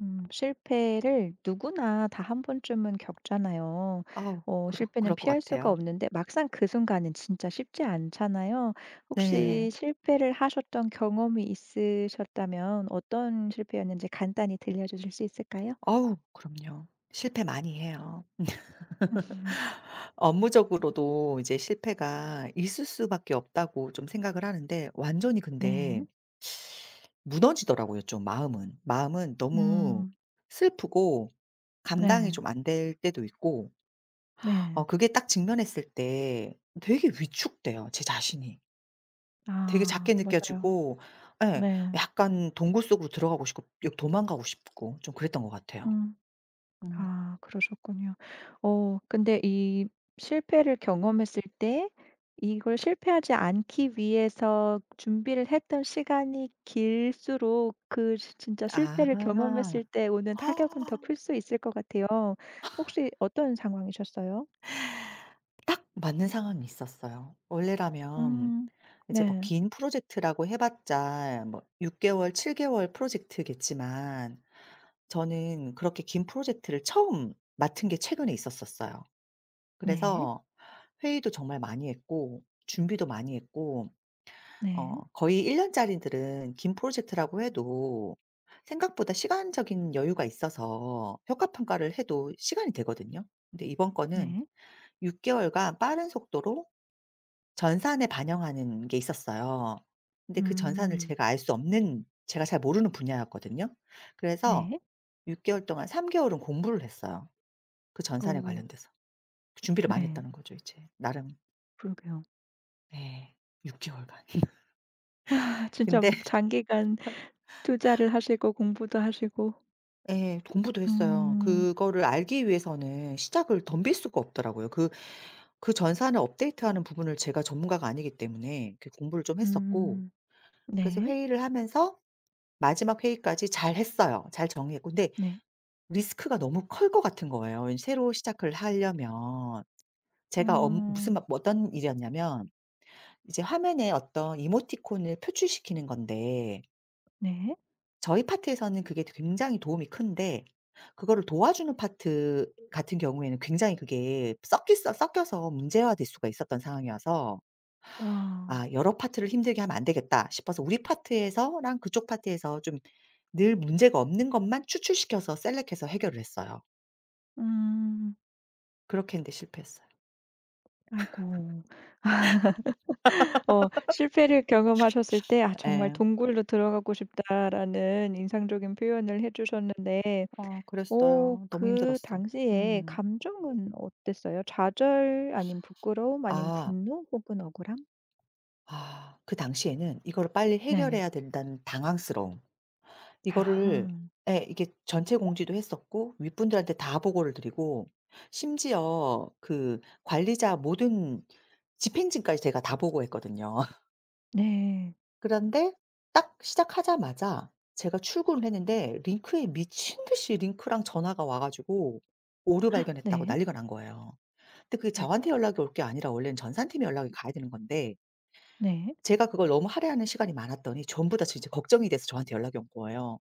실패를 누구나 다 한 번쯤은 겪잖아요. 아우 그럴 실패는 그럴 것 피할 수가 같아요. 없는데 막상 그 순간은 진짜 쉽지 않잖아요. 혹시 네. 실패를 하셨던 경험이 있으셨다면 어떤 실패였는지 간단히 들려주실 수 있을까요? 아우 그럼요. 실패 많이 해요. 업무적으로도 이제 실패가 있을 수밖에 없다고 좀 생각을 하는데 완전히 근데 네. 무너지더라고요 좀 마음은. 마음은 너무 음. 슬프고 감당이 네. 좀 안 될 때도 있고 네. 그게 딱 직면했을 때 되게 위축돼요 제 자신이. 되게 아 작게 맞아요. 느껴지고 예 네. 약간 동굴 속으로 들어가고 싶고 역 도망가고 싶고 좀 그랬던 것 같아요. 음. 음. 아 그러셨군요. 근데 이 실패를 경험했을 때 이걸 실패하지 않기 위해서 준비를 했던 시간이 길수록 그 시 진짜 실패를 아. 경험했을 때 오는 타격은 더 클 수 있을 것 같아요. 혹시 어떤 상황이셨어요? 딱 맞는 상황이 있었어요. 원래라면 음. 이제 뭐 네. 긴 프로젝트라고 해 봤자 뭐 6 개월, 7 개월 프로젝트겠지만 저는 그렇게 긴 프로젝트를 처음 맡은 게 최근에 있었었어요. 네. 그래서 회의도 정말 많이 했고 준비도 많이 했고 네. 거의 1 년짜리들은 긴 프로젝트라고 해도 생각보다 시간적인 여유가 있어서 효과 평가를 해도 시간이 되거든요. 근데 이번 거는 네. 6 개월간 빠른 속도로 전산에 반영하는 게 있었어요. 근데 그 전산을 음. 제가 알 수 없는 제가 잘 모르는 분야였거든요. 그래서 네. 6 개월 동안 3 개월은 공부를 했어요, 그 전산에 오. 관련돼서. 그 준비를 많이 네. 했다는 거죠 이제 나름. 그러게요. 예. 6 개월간. 와 진짜 근데 장기간 투자를 하시고 공부도 하시고. 예 공부도 했어요. 음. 그거를 알기 위해서는 시작을 덤빌 수가 없더라고요. 그 전산을 업데이트하는 부분을 제가 전문가가 아니기 때문에 그 공부를 좀 했었고 음. 그래서 네. 회의를 하면서 마지막 회의까지 잘했어요. 잘 정리했고 근데 네. 리스크가 너무 클 것 같은 거예요. 왠지 새로 시작을 하려면. 제가 업 무슨 음. 막 뭐 어떤 일이었냐면 이제 화면에 어떤 이모티콘을 표출시키는 건데 네. 저희 파트에서는 그게 굉장히 도움이 큰데 그거를 도와주는 파트 같은 경우에는 굉장히 그게 섞이 섞여서 문제화될 수가 있었던 상황이어서 아. '아 여러 파트를 힘들게 하면 안 되겠다.' 싶어서 우리 파트에서랑 그쪽 파트에서 좀 늘 문제가 없는 것만 추출시켜서 셀렉해서 해결을 했어요. 음. 그렇게 했는데 실패했어요. 아이고. 어 실패를 경험하셨을 때 '아 정말 예. 동굴로 들어가고 싶다.'라는 인상적인 표현을 해 주셨는데 어 오, 그랬어요. 너무 그 힘들었어. 당시에 음. 감정은 어땠어요? 좌절 아님 부끄러움 아님 아. 분노 혹은 억울함? 아 그 당시에는 이거를 빨리 네. 해결해야 된다는 당황스러움. 이거를 아 예 이게 전체 공지도 했었고 윗분들한테 다 보고를 드리고 심지어 그 관리자 모든 집행진까지 제가 다 보고했거든요. 네. 그런데 딱 시작하자마자 제가 출근을 했는데 링크에 미친 듯이 링크랑 전화가 와 가지고 "오류 발견했다."고 네. 난리가 난 거예요. 근데 그게 저한테 아이고. 연락이 올 게 아니라 원래는 전산팀에 연락이 가야 되는 건데 네. 제가 그걸 너무 할애하는 시간이 많았더니 전부 다 진짜 걱정이 돼서 저한테 연락이 온 거예요.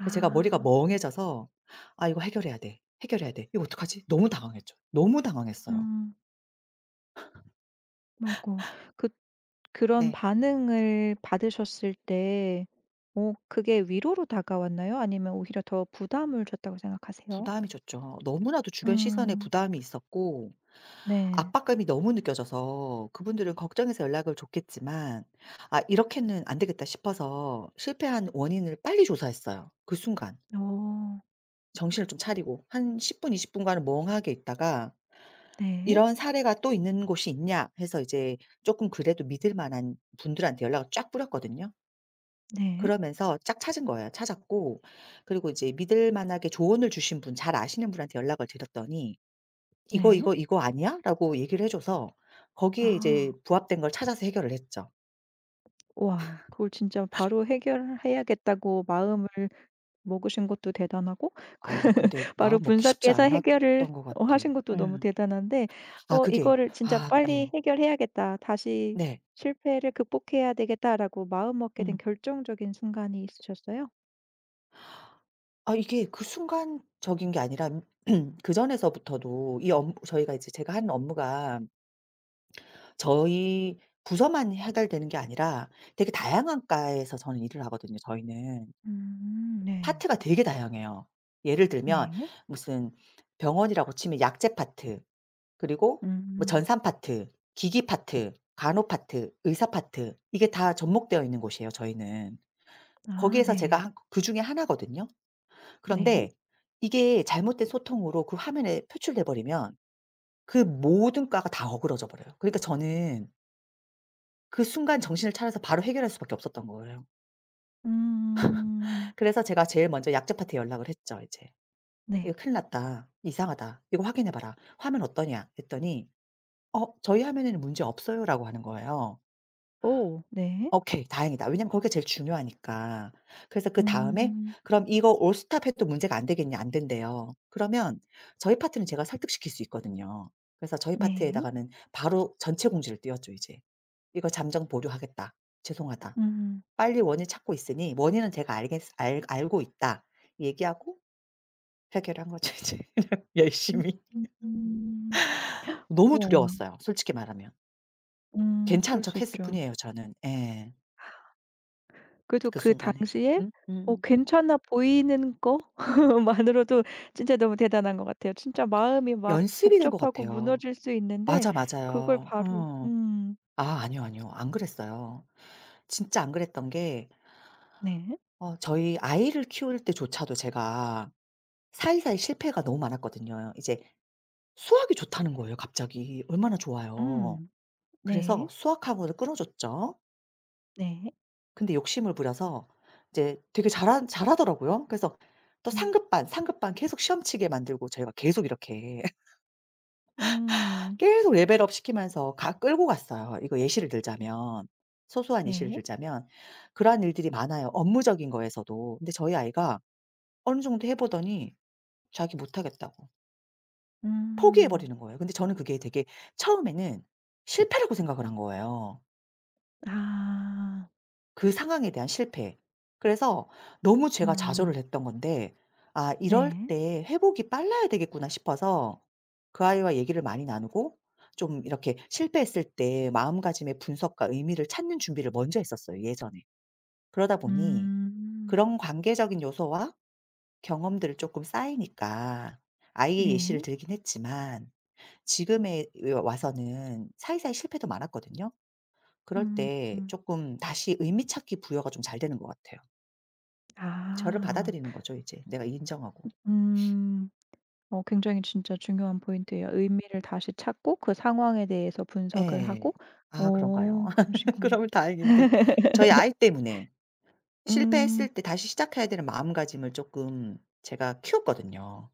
그래서 제가 머리가 멍해져서 '아 이거 해결해야 돼. 해결해야 돼. 이거 어떡하지?' 너무 당황했죠. 너무 당황했어요. 음. 아이고. 그 그런 네. 반응을 받으셨을 때 그게 위로로 다가왔나요? 아니면 오히려 더 부담을 줬다고 생각하세요? 부담이 줬죠. 너무나도 주변 시선에 음. 부담이 있었고 네. 압박감이 너무 느껴져서 그분들은 걱정해서 연락을 줬겠지만 '아 이렇게는 안 되겠다.' 싶어서 실패한 원인을 빨리 조사했어요 그 순간. 오, 정신을 좀 차리고 한 10분 20 분간은 멍하게 있다가 네. '이런 사례가 또 있는 곳이 있냐?' 해서 이제 쪼끔 그래도 믿을 만한 분들한테 연락을 쫙 뿌렸거든요. 네. 그러면서 쫙 찾은 거예요. 찾았고 그리고 이제 믿을 만하게 조언을 주신 분 잘 아시는 분한테 연락을 드렸더니 "이거, 네. 이거, 이거 아니야?"라고 얘기를 해 줘서 거기에 이제 아. 부합된 걸 찾아서 해결을 했죠. 와. 그걸 진짜 바로 해결해야겠다고 마음을 먹으신 것도 대단하고 아 근데 바로 마음 먹기 쉽지 분석해서 해결을 않았던 것 같아. 예. 하신 것도 너무 대단한데 아 어 그게 이거를 '진짜 아 빨리 예. 해결해야겠다. 다시 네. 실패를 극복해야 되겠다.'라고 마음먹게 된 음. 결정적인 순간이 있으셨어요? 아 이게 그 순간적인 게 아니라 그전에서부터도 이 업무 저희가 이제 제가 하는 업무가 저희 부서만 해결되는 게 아니라 되게 다양한 과에서 저는 일을 하거든요, 저희는. 네. 파트가 되게 다양해요. 예를 들면 네. 무슨 병원이라고 치면 약제 파트 그리고 뭐 음. 전산 파트, 기기 파트, 간호 파트, 의사 파트 이게 다 접목되어 있는 곳이에요 저희는. 아 거기에서 제가 네. 한 그중에 하나거든요. 네. 그런데 이게 잘못된 소통으로 그 화면에 표출돼 버리면 그 모든 과가 다 어그러져 버려요. 그러니까 저는 그 순간 정신을 차려서 바로 해결할 수밖에 없었던 거예요. 음. 그래서 제가 제일 먼저 약제 파트에 연락을 했죠 이제. "이거 네. 큰일 났다. 이상하다. 이거 확인해 봐라. 화면 어떠냐?" 했더니 "어 저희 화면에는 문제 없어요."라고 하는 거예요. 오 네. 오케이. 다행이다. 왜냐면 거기가 제일 중요하니까. 그래서 그다음에 음. "그럼 이거 올스톱 해도 문제가 안 되겠냐?" 안 된대요. 그러면 저희 파트는 제가 설득시킬 수 있거든요. 그래서 저희 네. 파트에다가는 바로 전체 공지를 띄웠죠 이제. "이거 잠정 보류하겠다. 죄송하다. 음. 빨리 원인 찾고 있으니 원인은 제가 알겠 알 알고 있다." 얘기하고 해결한 거죠 이제 그냥 열심히. 음. 너무 우와. 두려웠어요 솔직히 말하면. 음. 괜찮은 그럴 수 척 했을 있죠. 뿐이에요 저는. 예. 그래도 그 그 순간에. 당시에 음. 어 음. 괜찮아 보이는 거 만으로도 진짜 너무 대단한 것 같아요. 진짜 마음이 막 연습이 된 것 복잡하고 같아요. 무너질 수 있는데 맞아, 그걸 맞아요. 바로 어. 아니요, 아니요. 안 그랬어요. 진짜 안 그랬던 게 네. 저희 아이를 키울 때조차도 제가 사이사이 실패가 너무 많았거든요. 이제 수학이 좋다는 거예요 갑자기. 얼마나 좋아요. 음. 그래서 네. 수학 학원을 끊어 줬죠. 네. 근데 욕심을 부려서 이제 되게 잘한 잘하더라고요. 그래서 또 음. 상급반, 상급반 계속 시험치게 만들고 저희가 계속 이렇게 음. 계속 레벨업 시키면서 가 끌고 갔어요. 이거 예시를 들자면 소소한 예시를 네. 들자면 그러한 일들이 많아요, 업무적인 거에서도. 근데 저희 아이가 어느 정도 해 보더니 자기 못하겠다고 포기해 음. 버리는 거예요. 근데 저는 그게 되게 처음에는 실패라고 생각을 한 거예요. 아. 그 상황에 대한 실패. 그래서 너무 제가 음. 좌절을 했던 건데 '아 이럴 네. 때 회복이 빨라야 되겠구나.' 싶어서 그 아이와 얘기를 많이 나누고 좀 이렇게 실패했을 때 마음가짐의 분석과 의미를 찾는 준비를 먼저 했었어요 예전에. 그러다 보니 음. 그런 관계적인 요소와 경험들을 조금 쌓이니까 아이의 예시를 네. 들긴 했지만 지금에 와서는 사이사이 실패도 많았거든요. 그럴 음. 때 음, 조금 다시 의미 찾기 부여가 좀 잘 되는 것 같아요. 저를 아. 받아들이는 거죠 이제 내가 인정하고. 음. 굉장히 진짜 중요한 포인트예요. 의미를 다시 찾고 그 상황에 대해서 분석을 예. 하고 아 그런가요? 어 그러시군요. 그러면 다행인데 저희 아이 때문에 음. 실패했을 때 다시 시작해야 되는 마음가짐을 조금 제가 키웠거든요.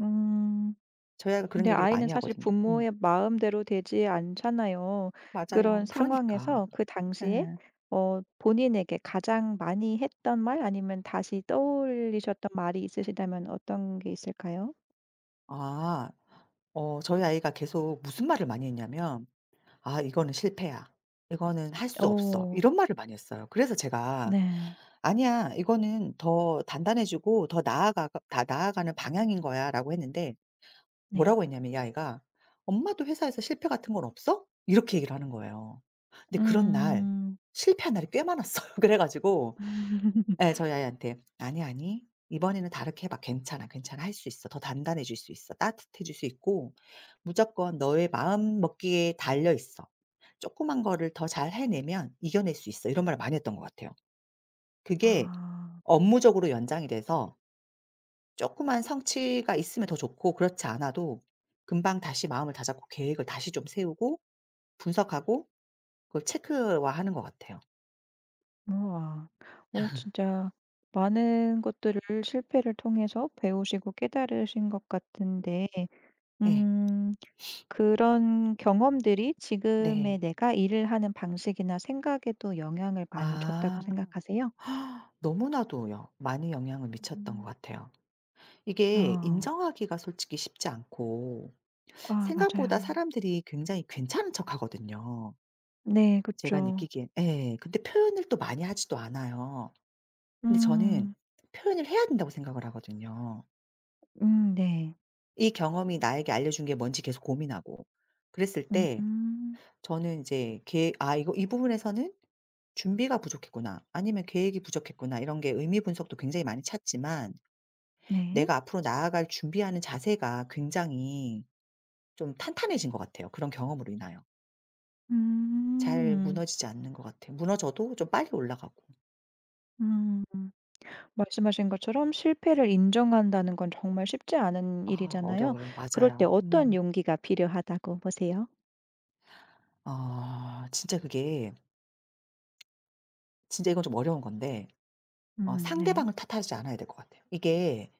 음. 저희 아이가 그런 근데 얘기를 아이는 많이 사실 하거든요. 음. 부모의 마음대로 되지 않잖아요. 맞아요. 그런 그러니까. 상황에서 그 당시에 예. 본인에게 가장 많이 했던 말 아니면 다시 떠올리셨던 말이 있으시다면 어떤 게 있을까요? 아. 저희 아이가 계속 무슨 말을 많이 했냐면 "아 이거는 실패야. 이거는 할 수 없어." 오 이런 말을 많이 했어요. 그래서 제가 네. "아니야. 이거는 더 단단해지고 더 나아가 다 나아가는 방향인 거야."라고 했는데 네. 뭐라고 했냐면 이 아이가 "엄마도 회사에서 실패 같은 건 없어?" 이렇게 얘기를 하는 거예요. 근데 그런 날 음. 실패한 날이 꽤 많았어요. 그래 가지고 예 저희 아이한테 "아니, 아니. 이번에는 다르게 해 봐. 괜찮아, 괜찮아. 할 수 있어. 더 단단해질 수 있어. 따뜻해질 수 있고 무조건 너의 마음 먹기에 달려 있어. 조그만 거를 더 잘 해내면 이겨낼 수 있어." 이런 말을 많이 했던 것 같아요. 그게 아. 업무적으로 연장이 돼서 조그만 성취가 있으면 더 좋고 그렇지 않아도 금방 다시 마음을 다잡고 계획을 다시 좀 세우고 분석하고 그걸 체크화하는 것 같아요. 우와. 오 진짜 많은 것들을 실패를 통해서 배우시고 깨달으신 것 같은데 예. 음 그런 경험들이 지금의 네. 내가 일을 하는 방식이나 생각에도 영향을 많이 줬다고 아. 생각하세요? 아, 너무나도요. 많이 영향을 미쳤던 것 음. 같아요. 이게 아. 인정하기가 솔직히 쉽지 않고 아 생각보다 맞아요. 사람들이 굉장히 괜찮은 척하거든요. 네 제가 그쵸. 느끼기엔 예. 근데 표현을 또 많이 하지도 않아요. 근데 저는 음. 표현을 해야 된다고 생각을 하거든요. 네. 이 경험이 나에게 알려준 게 뭔지 계속 고민하고 그랬을 때 음. 저는 이제 계획 '아 이거 이 부분에서는 준비가 부족했구나.' 아니면 '계획이 부족했구나.' 이런 게 의미 분석도 굉장히 많이 찾지만 네. 내가 앞으로 나아갈 준비하는 자세가 굉장히 좀 탄탄해진 것 같아요 그런 경험으로 인하여. 잘 음. 무너지지 않는 것 같아요. 무너져도 좀 빨리 올라가고. 음. 말씀하신 것처럼 실패를 인정한다는 건 정말 쉽지 않은 아 일이잖아요. 어려워요. 그럴 때 맞아요. 어떤 음. 용기가 필요하다고 보세요? 아 진짜 그게 진짜 이건 좀 어려운 건데 네. 상대방을 탓하지 않아야 될 것 같아요. 이게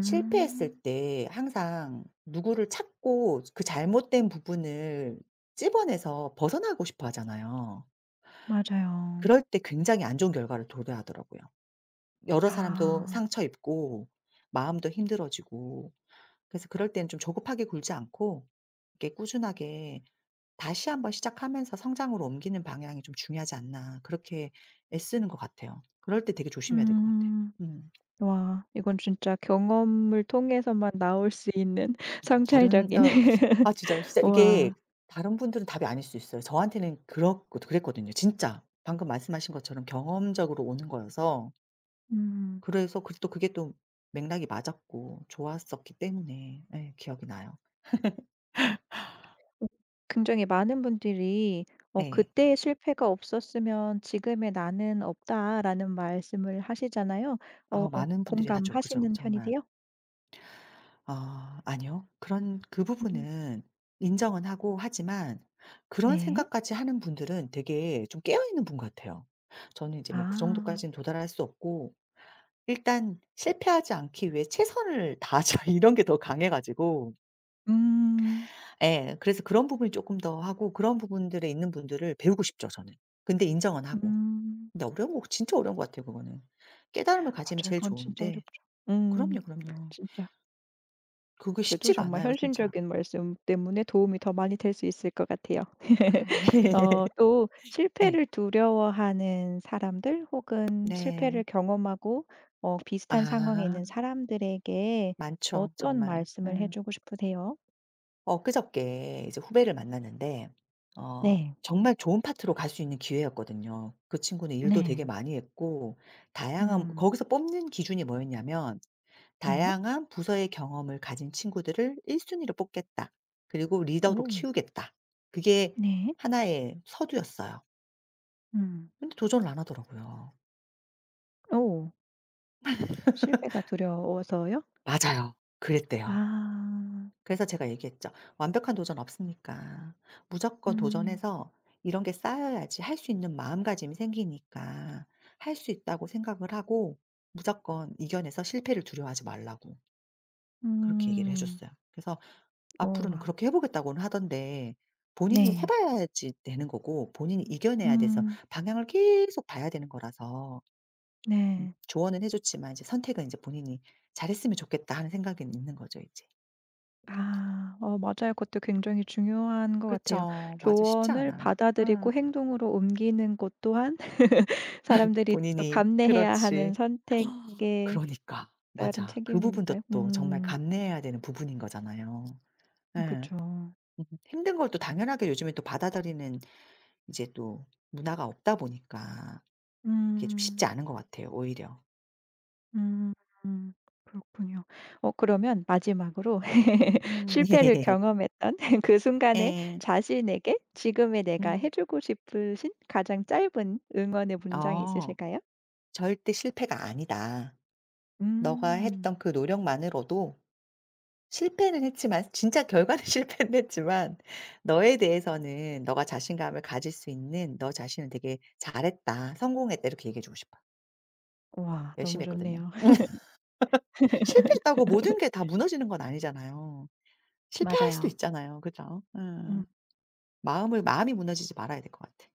실패했을 때 항상 누구를 찾고 그 잘못된 부분을 찝어내서 벗어나고 싶어 하잖아요. 맞아요. 그럴 때 굉장히 안 좋은 결과를 도래하더라고요. 여러 사람도 아. 상처 입고 마음도 힘들어지고 그래서 그럴 때는 좀 조급하게 굴지 않고 이렇게 꾸준하게 다시 한번 시작하면서 성장으로 옮기는 방향이 좀 중요하지 않나 그렇게 애쓰는 것 같아요. 그럴 때 되게 조심해야 될 것 같아요. 음. 음. 와 이건 진짜 경험을 통해서만 나올 수 있는 아 다른 성찰적인 어 아 진짜 진짜 이게 와 다른 분들은 답이 아닐 수 있어요. 저한테는 그렇고 그랬거든요 진짜. 방금 말씀하신 것처럼 경험적으로 오는 거여서 음. 그래서 그 또 그게 또 맥락이 맞았고 좋았었기 때문에 예 기억이 나요. 음. 음 굉장히 많은 분들이 어 네, "그때의 실패가 없었으면 지금의 나는 없다."라는 말씀을 하시잖아요. 어 아 많은 분들이 하죠. 그죠? 공감하시는 정말. 편이세요? 아 아니요. 그런 그 음 부분은 인정은 하고 하지만 그런 네. 생각까지 하는 분들은 되게 좀 깨어 있는 분 같아요. 저는 이제 뭐 그 아. 정도까지는 도달할 수 없고 일단 '실패하지 않기 위해 최선을 다하자.' 이런 게 더 강해 가지고 음. 예. 그래서 그런 부분이 조금 더 하고 그런 부분들에 있는 분들을 배우고 싶죠 저는. 근데 인정은 하고. 음. 근데 어려운 거 진짜 어려운 것 같아요 그거는. 깨달음을 가지면 맞아요. 제일 그건 진짜 좋은데 어렵죠. 음. 그럼요, 그럼요. 진짜. 그게 그래도 쉽지가 정말 않아요 진짜. 현실적인 말씀 때문에 도움이 더 많이 될 수 있을 것 같아요. 아. 또 예. 실패를 두려워하는 사람들 혹은 실패를 네. 경험하고 비슷한 상황에 아 있는 사람들에게 많죠 어떤 정말. 말씀을 해 음. 주고 싶으세요? 엊그저께 이제 후배를 만났는데 어 네. 정말 좋은 파트로 갈 수 있는 기회였거든요. 그 친구는 일도 되게 네. 많이 했고 다양한 음. 거기서 뽑는 기준이 뭐였냐면 네. '다양한 부서의 경험을 가진 친구들을 1 순위로 뽑겠다. 그리고 리더로 오. 키우겠다.' 그게 네. 하나의 서두였어요. 음. 근데 도전을 안 하더라고요. 오. 실패가 두려워서요? 맞아요. 그랬대요. 아. 그래서 제가 얘기했죠. "완벽한 도전 없으니까 무조건 음. 도전해서 이런 게 쌓여야지 할 수 있는 마음가짐이 생기니까 할 수 있다고 생각을 하고 무조건 이겨내서 실패를 두려워하지 말라고." 그렇게 얘기를 해 음. 줬어요. 그래서 오 앞으로는 와 그렇게 해 보겠다고는 하던데 본인이 해 네. 봐야지 되는 거고 본인이 이겨내야 돼서 음. 방향을 계속 봐야 되는 거라서 네. 조언은 해 줬지만 이제 선택은 이제 본인이 '잘했으면 좋겠다.' 하는 생각은 있는 거죠 이제. 아. 어 맞아요. 그것도 굉장히 중요한 것 같아요. 그쵸. 맞아. 쉽지 조언을 않아. 아 받아들이고 행동으로 옮기는 것 또한 사람들이 또 본인이 감내해야 그렇지. 하는 선택에 그러니까. 따른 맞아. 그 부분도 책임이니까요. 또 정말 음. 감내해야 되는 부분인 거잖아요. 그 예. 렇 힘든 걸 또 당연하게 요즘에 또 받아들이는 이제 또 문화가 없다 보니까 그게 좀 음. 쉽지 않은 것 같아요 오히려. 음. 음. 그렇군요. 그러면 마지막으로 음. 실패를 경험했던 그 순간에 예. 자신에게 지금의 내가 해 음. 주고 싶으신 가장 짧은 응원의 문장이 어. 있으실까요? '절대 실패가 아니다. 너가 음. 했던 그 노력만으로도' 실패는 했지만 진짜 결과는 실패는 했지만 너에 대해서는 너가 자신감을 가질 수 있는 '너 자신을 되게 잘했다. 성공했다.' 이렇게 얘기해 주고 싶어요. 와 너무 열심히 했거든요. 좋네요. 실패했다고 모든 게 다 무너지는 건 아니잖아요. 실패할 수도 맞아요. 있잖아요. 그죠? 음. 음. 마음을 마음이 무너지지 말아야 될 것 같아.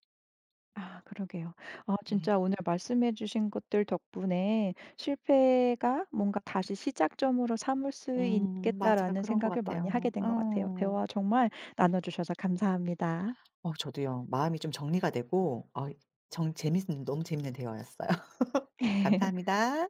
아 그러게요. 아 네. 진짜 오늘 말씀해 주신 것들 덕분에 '실패가 뭔가 다시 시작점으로 삼을 수 맞아 있겠다.'라는 그런 것 생각을 많이 하게 같아요. 된 것 같아요. 대화 음. 정말 나눠 주셔서 감사합니다. 저도요. 마음이 좀 정리가 되고 어 정 재밌는 너무 재밌는 대화였어요. 감사합니다.